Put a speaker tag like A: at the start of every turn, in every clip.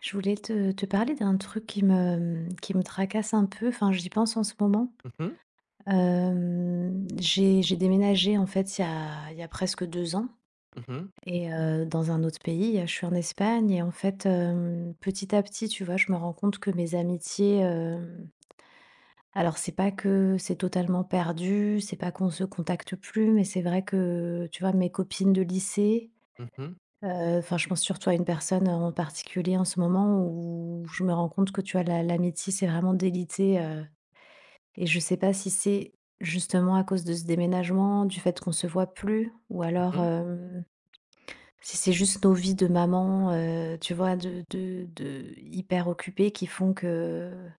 A: Je voulais te parler d'un truc qui me tracasse un peu, enfin j'y pense en ce moment.
B: Mhm,
A: J'ai déménagé en fait il y a presque 2 ans
B: mhm,
A: et dans un autre pays. Je suis en Espagne et en fait, petit à petit, tu vois, je me rends compte que mes amitiés, alors c'est pas que c'est totalement perdu, c'est pas qu'on se contacte plus, mais c'est vrai que, tu vois, mes copines de lycée.
B: mhm, mhm.
A: Enfin, je pense surtout à une personne, en particulier en ce moment où je me rends compte que, tu vois, la l'amitié c'est vraiment délitée, et je sais pas si c'est justement à cause de ce déménagement, du fait qu'on se voit plus ou alors, si c'est juste nos vies de maman, tu vois, de hyper occupées qui font que,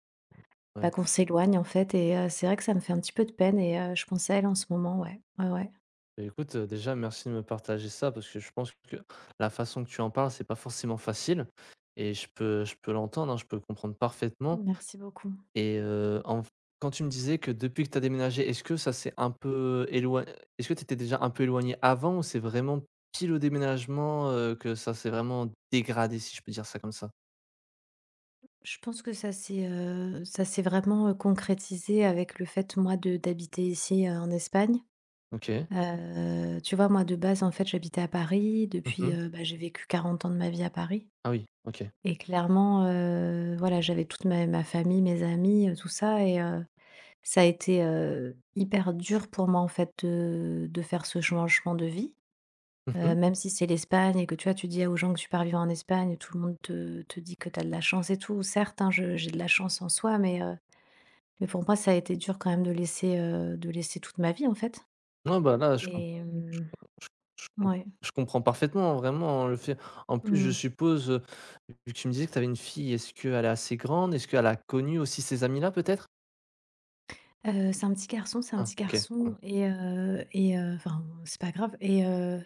B: Ouais.
A: bah, qu'on s'éloigne, en fait. Et c'est vrai que ça me fait un petit peu de peine et je pense à elle en ce moment, ouais. Ouais, ouais.
B: Bah, écoute, déjà merci de me partager ça parce que je pense que la façon que tu en parles, c'est pas forcément facile et je peux l'entendre, hein, je peux le comprendre parfaitement
A: Merci beaucoup.
B: et en quand tu me disais que depuis que tu as déménagé, est-ce que ça s'est un peu éloigné, est-ce que tu étais déjà un peu éloigné avant, ou c'est vraiment pile au déménagement, que ça s'est vraiment dégradé, si je peux dire ça comme ça?
A: Je pense que ça s'est vraiment, concrétisé avec le fait, moi, de d'habiter ici, en Espagne.
B: OK.
A: Tu vois, moi, de base, en fait, j'habitais à Paris. Depuis,
B: Mmh.
A: bah, j'ai vécu 40 ans de ma vie à Paris
B: Ah oui, OK.
A: et clairement, voilà, j'avais toute ma famille, mes amis, tout ça et ça a été, hyper dur pour moi, en fait, de faire ce changement de vie.
B: Mmh.
A: Même si c'est l'Espagne et que, tu vois, tu dis aux gens que tu pars vivre en Espagne, tout le monde te dit que tu as de la chance et tout. Certes, hein, je j'ai de la chance en soi, mais pour moi, ça a été dur quand même de laisser toute ma vie, en fait
B: Ouais, bah, là,
A: et
B: Je je com
A: ouais.
B: je comprends parfaitement, vraiment, le fait en plus, je
A: Mmh.
B: suppose, vu que tu me disais que tu avais une fille, est-ce qu'elle est assez grande? Est-ce qu'elle a connu aussi ces amis-là, peut-être?
A: C'est un petit garçon, c'est un
B: Ah,
A: petit
B: OK. Bon.
A: garçon et, enfin, c'est pas grave et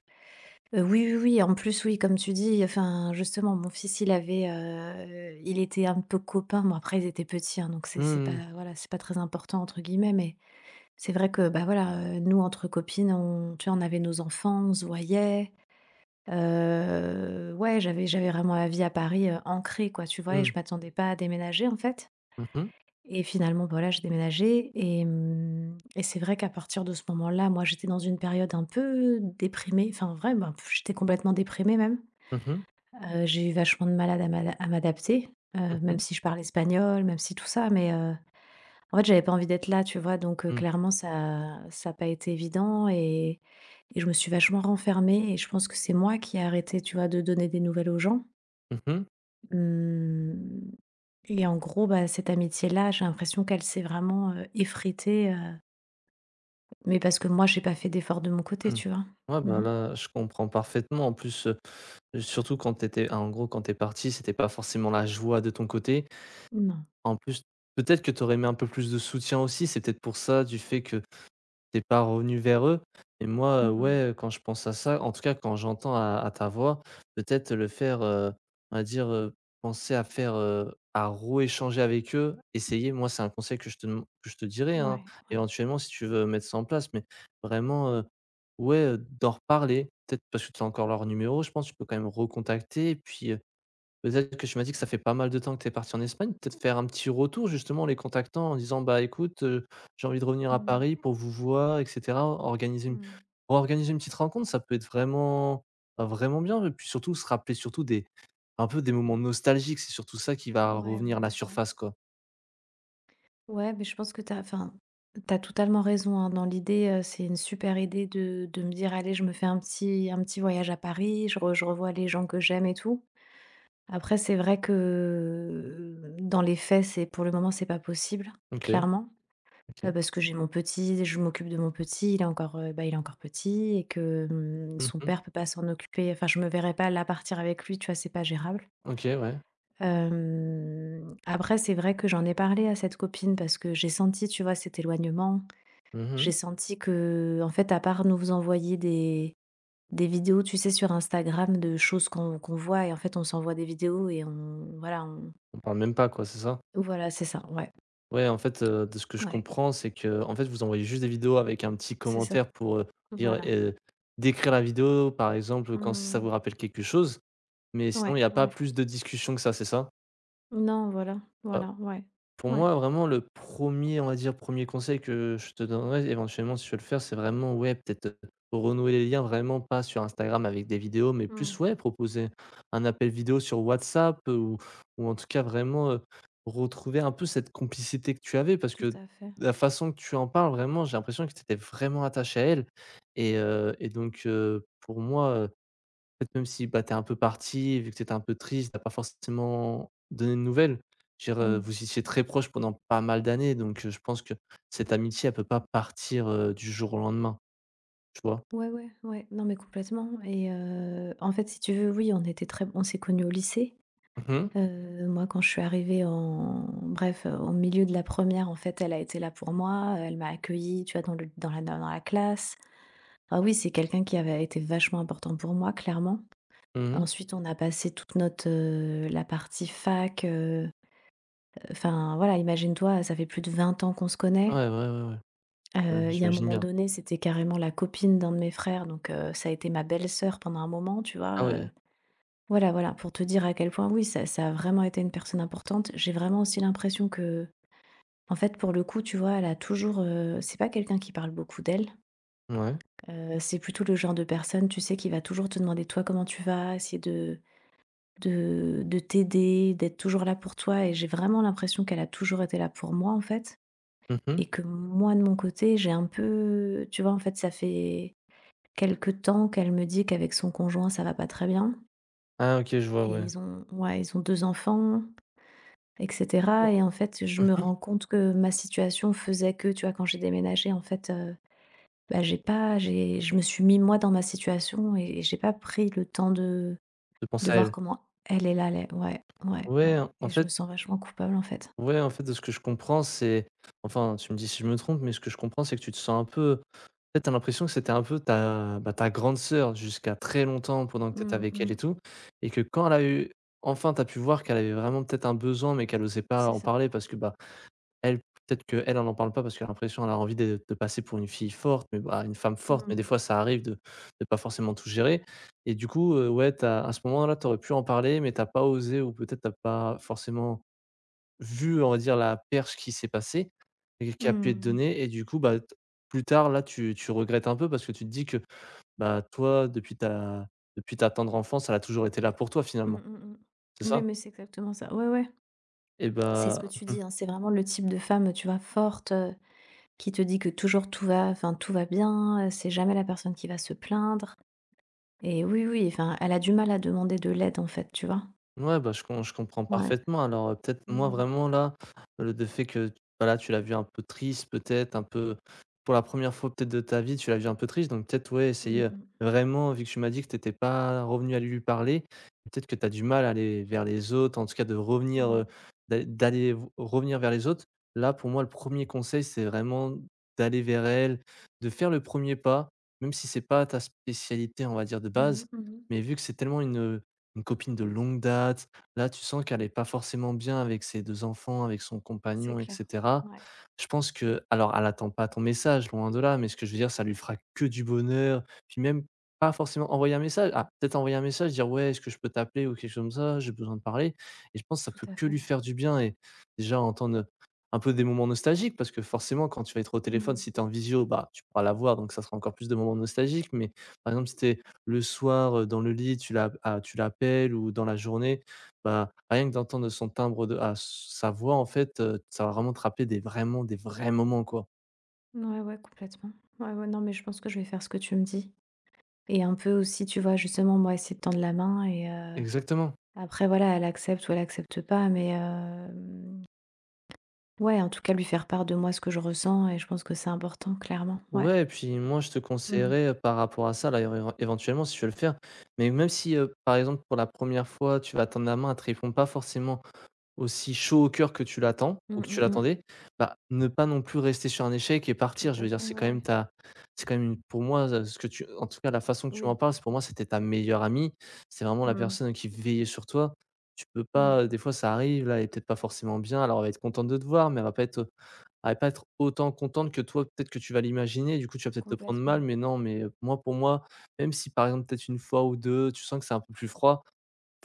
A: oui, oui, oui, en plus, oui, comme tu dis, enfin, justement, mon fils, il avait, il était un peu copain. Bon, après, ils étaient petits, hein, donc c'est
B: Mmh
A: c'est pas,
B: mh.
A: voilà, c'est pas «très important» entre guillemets, mais c'est vrai que, bah, voilà, nous, entre copines, on tu vois, on avait nos enfants, on se voyait. Ouais, j'avais vraiment ma vie à Paris, ancrée quoi, tu vois? Et je
B: Mmh.
A: m'attendais pas à déménager, en fait.
B: Mmh mh.
A: Et finalement, bah, voilà, j'ai déménagé et et c'est vrai qu'à partir de ce moment-là, moi, j'étais dans une période un peu déprimée, enfin, en vrai, ben, j'étais complètement déprimée même.
B: Mmh mh.
A: J'ai eu vachement de mal à dama à m'adapter, même
B: Mmh.
A: si je parle espagnol, même si tout ça, mais en fait, j'avais pas envie d'être là, tu vois? Donc
B: Mmh.
A: clairement ça a pas été évident et je me suis vachement renfermée et je pense que c'est moi qui ai arrêté, tu vois, de donner des nouvelles aux gens.
B: Mmh.
A: Mmh. Et en gros, bah, cette amitié-là, j'ai l'impression qu'elle s'est vraiment, effritée, mais parce que moi, j'ai pas fait d'effort de mon côté,
B: Mmh.
A: tu vois?
B: Ouais, bah,
A: Mmh.
B: là, je comprends parfaitement. En plus, surtout quand t'étais, étais en gros, quand t'es parti, c'était pas forcément la joie de ton côté.
A: Non.
B: En plus, peut-être que t'aurais aurais aimé un peu plus de soutien aussi. C'est peut-être pour ça, du fait que t'es pas revenu vers eux. Et moi,
A: Mmh.
B: ouais, quand je pense à ça, en tout cas quand j'entends à ta voix, peut-être le faire, on va dire, penser à faire, à rééchanger avec eux, essayer, moi c'est un conseil que je te dem que je te dirais, hein,
A: Ouais, ouais.
B: éventuellement si tu veux mettre ça en place, mais vraiment, ouais, d'en reparler, peut-être parce que tu as encore leur numéro, je pense, tu peux quand même recontacter, et puis, peut-être que tu m'as dit que ça fait pas mal de temps que tu es parti en Espagne, peut-être faire un petit retour justement en les contactant en disant: «Bah, écoute, j'ai envie de revenir
A: Mmh
B: à
A: mh.
B: Paris pour vous voir et cetera».
A: Mmh.
B: Organiser une petite rencontre, ça peut être vraiment, bah, vraiment bien, et puis surtout se rappeler surtout des, un peu des moments nostalgiques, c'est surtout ça qui va
A: Ouais, ouais,
B: revenir à la
A: ouais, ouais.
B: surface, quoi.
A: Ouais, mais je pense que t'as, enfin, t'as totalement raison, hein. Dans l'idée, c'est une super idée de me dire: «Allez, je me fais un petit voyage à Paris, je re je revois les gens que j'aime et tout». Après, c'est vrai que dans les faits, c'est pour le moment, c'est pas possible,
B: OK,
A: clairement,
B: OK.
A: parce que j'ai mon petit, je m'occupe de mon petit, il est encore, bah, il est encore petit et que, mmh, son
B: Mmh.
A: père peut pas s'en occuper. Enfin, je me verrais pas là partir avec lui, tu vois? C'est pas gérable.
B: OK, ouais.
A: Après, c'est vrai que j'en ai parlé à cette copine parce que j'ai senti, tu vois, cet éloignement. J'ai
B: Mmh.
A: senti que, en fait, à part nous envoyer des vidéos, tu sais, sur Instagram de choses qu'on voit et en fait, on s'envoie des vidéos et on
B: On parle même pas, quoi, c'est ça?
A: voilà, c'est ça, ouais,
B: Ouais, en fait, de ce que je
A: ouais,
B: comprends, c'est que en fait, vous envoyez juste des vidéos avec un petit
A: c'est ça,
B: commentaire pour, dire,
A: voilà.
B: heu décrire la vidéo, par exemple, quand si ça vous
A: Mmh.
B: rappelle quelque chose, mais sinon il n'y
A: Ouais,
B: a pas
A: ouais.
B: plus de discussion que ça, c'est ça?
A: Non, voilà, voilà, ouais,
B: Pour
A: ouais.
B: moi, vraiment le premier, on va dire, premier conseil que je te donnerais éventuellement si tu veux le faire, c'est vraiment, ouais, peut-être, renouer les liens vraiment pas sur Instagram avec des vidéos, mais plus,
A: Mmh.
B: ouais, proposer un appel vidéo sur WhatsApp, ou en tout cas vraiment, retrouver un peu cette complicité que tu avais. Parce
A: Tout
B: que
A: à fait.
B: la façon que tu en parles, vraiment, j'ai l'impression que tu étais vraiment attaché à elle, et donc pour moi, peut-être même si, bah, t'es un peu parti, vu que t'étais un peu triste, t'as pas forcément donné de nouvelles. Je veux dire,
A: Mmh.
B: vous étiez très proches pendant pas mal d'années, donc je pense que cette amitié, elle peut pas partir, du jour au lendemain, tu vois?
A: Ouais, ouais, ouais. Non, mais complètement et en fait, si tu veux, oui, on était très on s'est connus au lycée.
B: Mmh mh.
A: Moi, quand je suis arrivée en bref, au milieu de la première, en fait, elle a été là pour moi, elle m'a accueillie, tu vois, dans le dans la classe. Ah oui, c'est quelqu'un qui avait été vachement important pour moi, clairement.
B: Mmh.
A: Ensuite, on a passé toute notre, la partie fac, enfin, voilà, imagine-toi, ça fait plus de 20 ans qu'on se connaît.
B: Ouais, ouais, ouais, ouais. Bah,
A: Il y a un
B: j'imagine
A: moment
B: bien.
A: donné, c'était carrément la copine d'un de mes frères, donc ça a été ma belle-sœur pendant un moment, tu vois,
B: Ah ouais,
A: Voilà, voilà, pour te dire à quel point, oui, ça a vraiment été une personne importante. J'ai vraiment aussi l'impression que, en fait, pour le coup, tu vois, elle a toujours, c'est pas quelqu'un qui parle beaucoup d'elle.
B: ouais.
A: C'est plutôt le genre de personne, tu sais, qui va toujours te demander toi comment tu vas, essayer de, de t'aider, d'être toujours là pour toi. Et j'ai vraiment l'impression qu'elle a toujours été là pour moi, en fait.
B: Mmh.
A: Et que moi, de mon côté, j'ai un peu. Tu vois, en fait, ça fait quelque temps qu'elle me dit qu'avec son conjoint, ça va pas très bien.
B: Ah OK, je vois,
A: Et
B: ouais.
A: ils ont, ouais, ils ont 2 enfants et cetera. Et en fait, je
B: Mmh
A: me
B: mh.
A: rends compte que ma situation faisait que, tu vois, quand j'ai déménagé, en fait, bah, j'ai pas j'ai je me suis mis moi dans ma situation et j'ai pas pris le temps
B: De
A: de
B: penser à
A: voir
B: elle.
A: comment elle, est là. Elle allait. Ouais, ouais,
B: Ouais,
A: ouais
B: en
A: et je me
B: fait
A: sens vachement coupable, en fait.
B: Ouais, en fait, de ce que je comprends, c'est, enfin, tu me dis si je me trompe, mais ce que je comprends, c'est que tu te sens un peu, en fait, t'as l'impression que c'était un peu ta, bah, ta grande sœur jusqu'à très longtemps pendant que t'étais
A: Mmh
B: avec elle et
A: mh.
B: tout, et que quand elle a eu, enfin, t'as pu voir qu'elle avait vraiment peut-être un besoin, mais qu'elle osait pas
A: C'est
B: en
A: ça.
B: parler parce que, bah, elle, peut-être qu'elle, elle en parle pas parce qu'elle a l'impression, elle a envie de passer pour une fille forte, mais bah, une femme forte, mais des
A: Mmh.
B: fois, ça arrive de pas forcément tout gérer et du coup, ouais, t'as à ce moment-là, t'aurais pu en parler, mais t'as pas osé ou peut-être t'as pas forcément vu, on va dire, la perche qui s'est passée et qui a pu être
A: Mmh.
B: donnée, et du coup, bah, t plus tard, là, tu regrettes un peu parce que tu te dis que, bah, toi, depuis ta tendre enfance, elle a toujours été là pour toi,
A: Mmh
B: finalement,
A: mh mh.
B: c'est
A: Oui,
B: ça?
A: mais c'est exactement ça. Ouais, ouais.
B: Et
A: C'est ce que
B: bah,
A: tu dis, hein, c'est vraiment le type de femme, tu vois, forte, qui te dit que toujours tout va enfin, tout va bien, c'est jamais la personne qui va se plaindre. Et oui, oui, enfin, elle a du mal à demander de l'aide, en fait, tu vois?
B: Je comprends
A: Ouais.
B: parfaitement. Alors, peut-être moi
A: Mmh.
B: vraiment là, le de fait que, voilà, tu l'as vu un peu triste peut-être, un peu pour la première fois peut-être de ta vie, tu l'as vu un peu triste, donc peut-être, ouais, essayer,
A: Mmh mh.
B: vraiment vu que tu m'as dit que tu étais pas revenu à lui parler, peut-être que tu as du mal à aller vers les autres, en tout cas de revenir,
A: Mmh.
B: d'a d'aller v revenir vers les autres. Là, pour moi, le premier conseil, c'est vraiment d'aller vers elle, de faire le premier pas, même si c'est pas ta spécialité, on va dire, de
A: Mmh
B: base,
A: mh, mmh.
B: mais vu que c'est tellement une copine de longue date, là, tu sens qu'elle est pas forcément bien avec ses 2 enfants, avec son
A: C'est
B: compagnon et
A: clair.
B: cetera.
A: Ouais,
B: Je pense que, alors, elle attend pas ton message, loin de là, mais ce que je veux dire, ça lui fera que du bonheur, puis même pas forcément envoyer un message. Ah, peut-être envoyer un message, dire: «Ouais, est-ce que je peux t'appeler?» ou quelque chose comme ça, «J'ai besoin de parler», et je pense que ça
A: tout
B: peut
A: à
B: que
A: fait.
B: lui faire du bien, et déjà entendre un peu des moments nostalgiques parce que forcément quand tu vas être au téléphone,
A: Mmh.
B: si tu es en visio, bah, tu pourras la voir, donc ça sera encore plus de moments nostalgiques, mais par exemple si tu es le soir, dans le lit, tu l'appelles, ou dans la journée, bah, rien que d'entendre son timbre de sa voix, en fait, ça va vraiment te rappeler des vrais moments, quoi.
A: Ouais, ouais, complètement. Ouais, ouais, non, mais je pense que je vais faire ce que tu me dis et un peu aussi, tu vois, justement, moi, essayer de tendre la main et
B: Exactement.
A: après, voilà, elle accepte ou elle accepte pas, mais ouais, en tout cas, lui faire part de moi, ce que je ressens et je pense que c'est important, clairement. Ouais.
B: Ouais, et puis moi je te
A: Mmh.
B: conseillerais, par rapport à ça là, éventuellement si tu veux le faire, mais même si, par exemple pour la première fois tu vas tendre la main, elle te répond pas forcément aussi chaud au cœur que tu l'attends, ou
A: Mmh
B: que tu
A: mh, mmh.
B: l'attendais, bah, ne pas non plus rester sur un échec et
A: Tout
B: partir. Je veux
A: à
B: dire,
A: fait, ouais, ouais.
B: c'est quand même une, pour moi, ce que tu en tout cas, la façon que tu m'en
A: Oui.
B: parles, c'est pour moi, c'était ta meilleure amie. C'est vraiment la
A: Mmh.
B: personne qui veillait sur toi. Tu peux pas,
A: Ouais,
B: des fois ça arrive, là, elle est peut-être pas forcément bien, alors elle va être contente de te voir, mais elle va pas être autant contente que toi, peut-être, que tu vas l'imaginer. Du coup, tu vas peut-être te prendre
A: complètement.
B: mal, mais non, mais moi, pour moi, même si par exemple, peut-être une fois ou 2 tu sens que c'est un peu plus froid,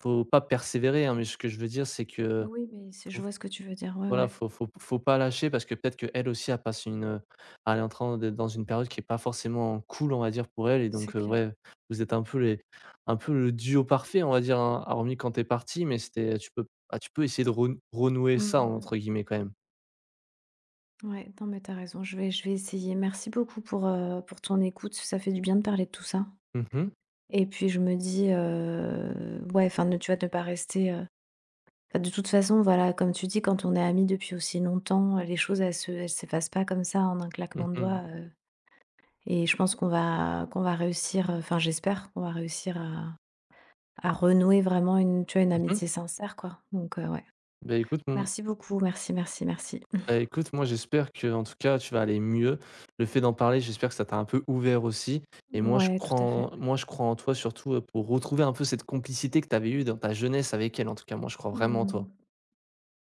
B: faut pas persévérer, hein, mais ce que je veux dire, c'est que
A: Oui, mais c'est je vois ce que tu veux dire. Ouais,
B: voilà,
A: ouais,
B: faut pas lâcher parce que peut-être qu'elle aussi elle passe une, elle est en train d'être dans une période qui est pas forcément cool, on va dire, pour elle, et
A: c'est
B: donc,
A: clair.
B: ouais, vous êtes un peu les un peu le duo parfait, on va dire, hein, hormis quand t'es parti, mais c'était, tu peux, tu peux essayer de «renouer
A: Mmh
B: ça»
A: mh, mmh.
B: entre guillemets quand même.
A: Ouais, non, mais t'as raison, je vais essayer. Merci beaucoup pour ton écoute, ça fait du bien de parler de tout ça
B: Mmh mh.
A: et puis je me dis, ouais, enfin, ne tu vas ne pas rester, enfin, de toute façon, voilà, comme tu dis, quand on est amis depuis aussi longtemps, les choses, elles s'effacent pas comme ça en un claquement
B: Mmh
A: de
B: mh.
A: doigts, et je pense qu'on va réussir, enfin, j'espère qu'on va réussir à renouer vraiment une, tu vois, une
B: Mmh,
A: amitié sincère, quoi. Donc ouais.
B: écoute,
A: Merci beaucoup, merci, merci, merci.
B: bah, écoute, moi j'espère que en tout cas tu vas aller mieux. Le fait d'en parler, j'espère que ça t'a un peu ouvert aussi, et
A: Ouais, tout à fait.
B: moi je crois en toi surtout, pour retrouver un peu cette complicité que tu avais eue dans ta jeunesse avec elle. En tout cas, moi je crois vraiment en toi.
A: Mmh.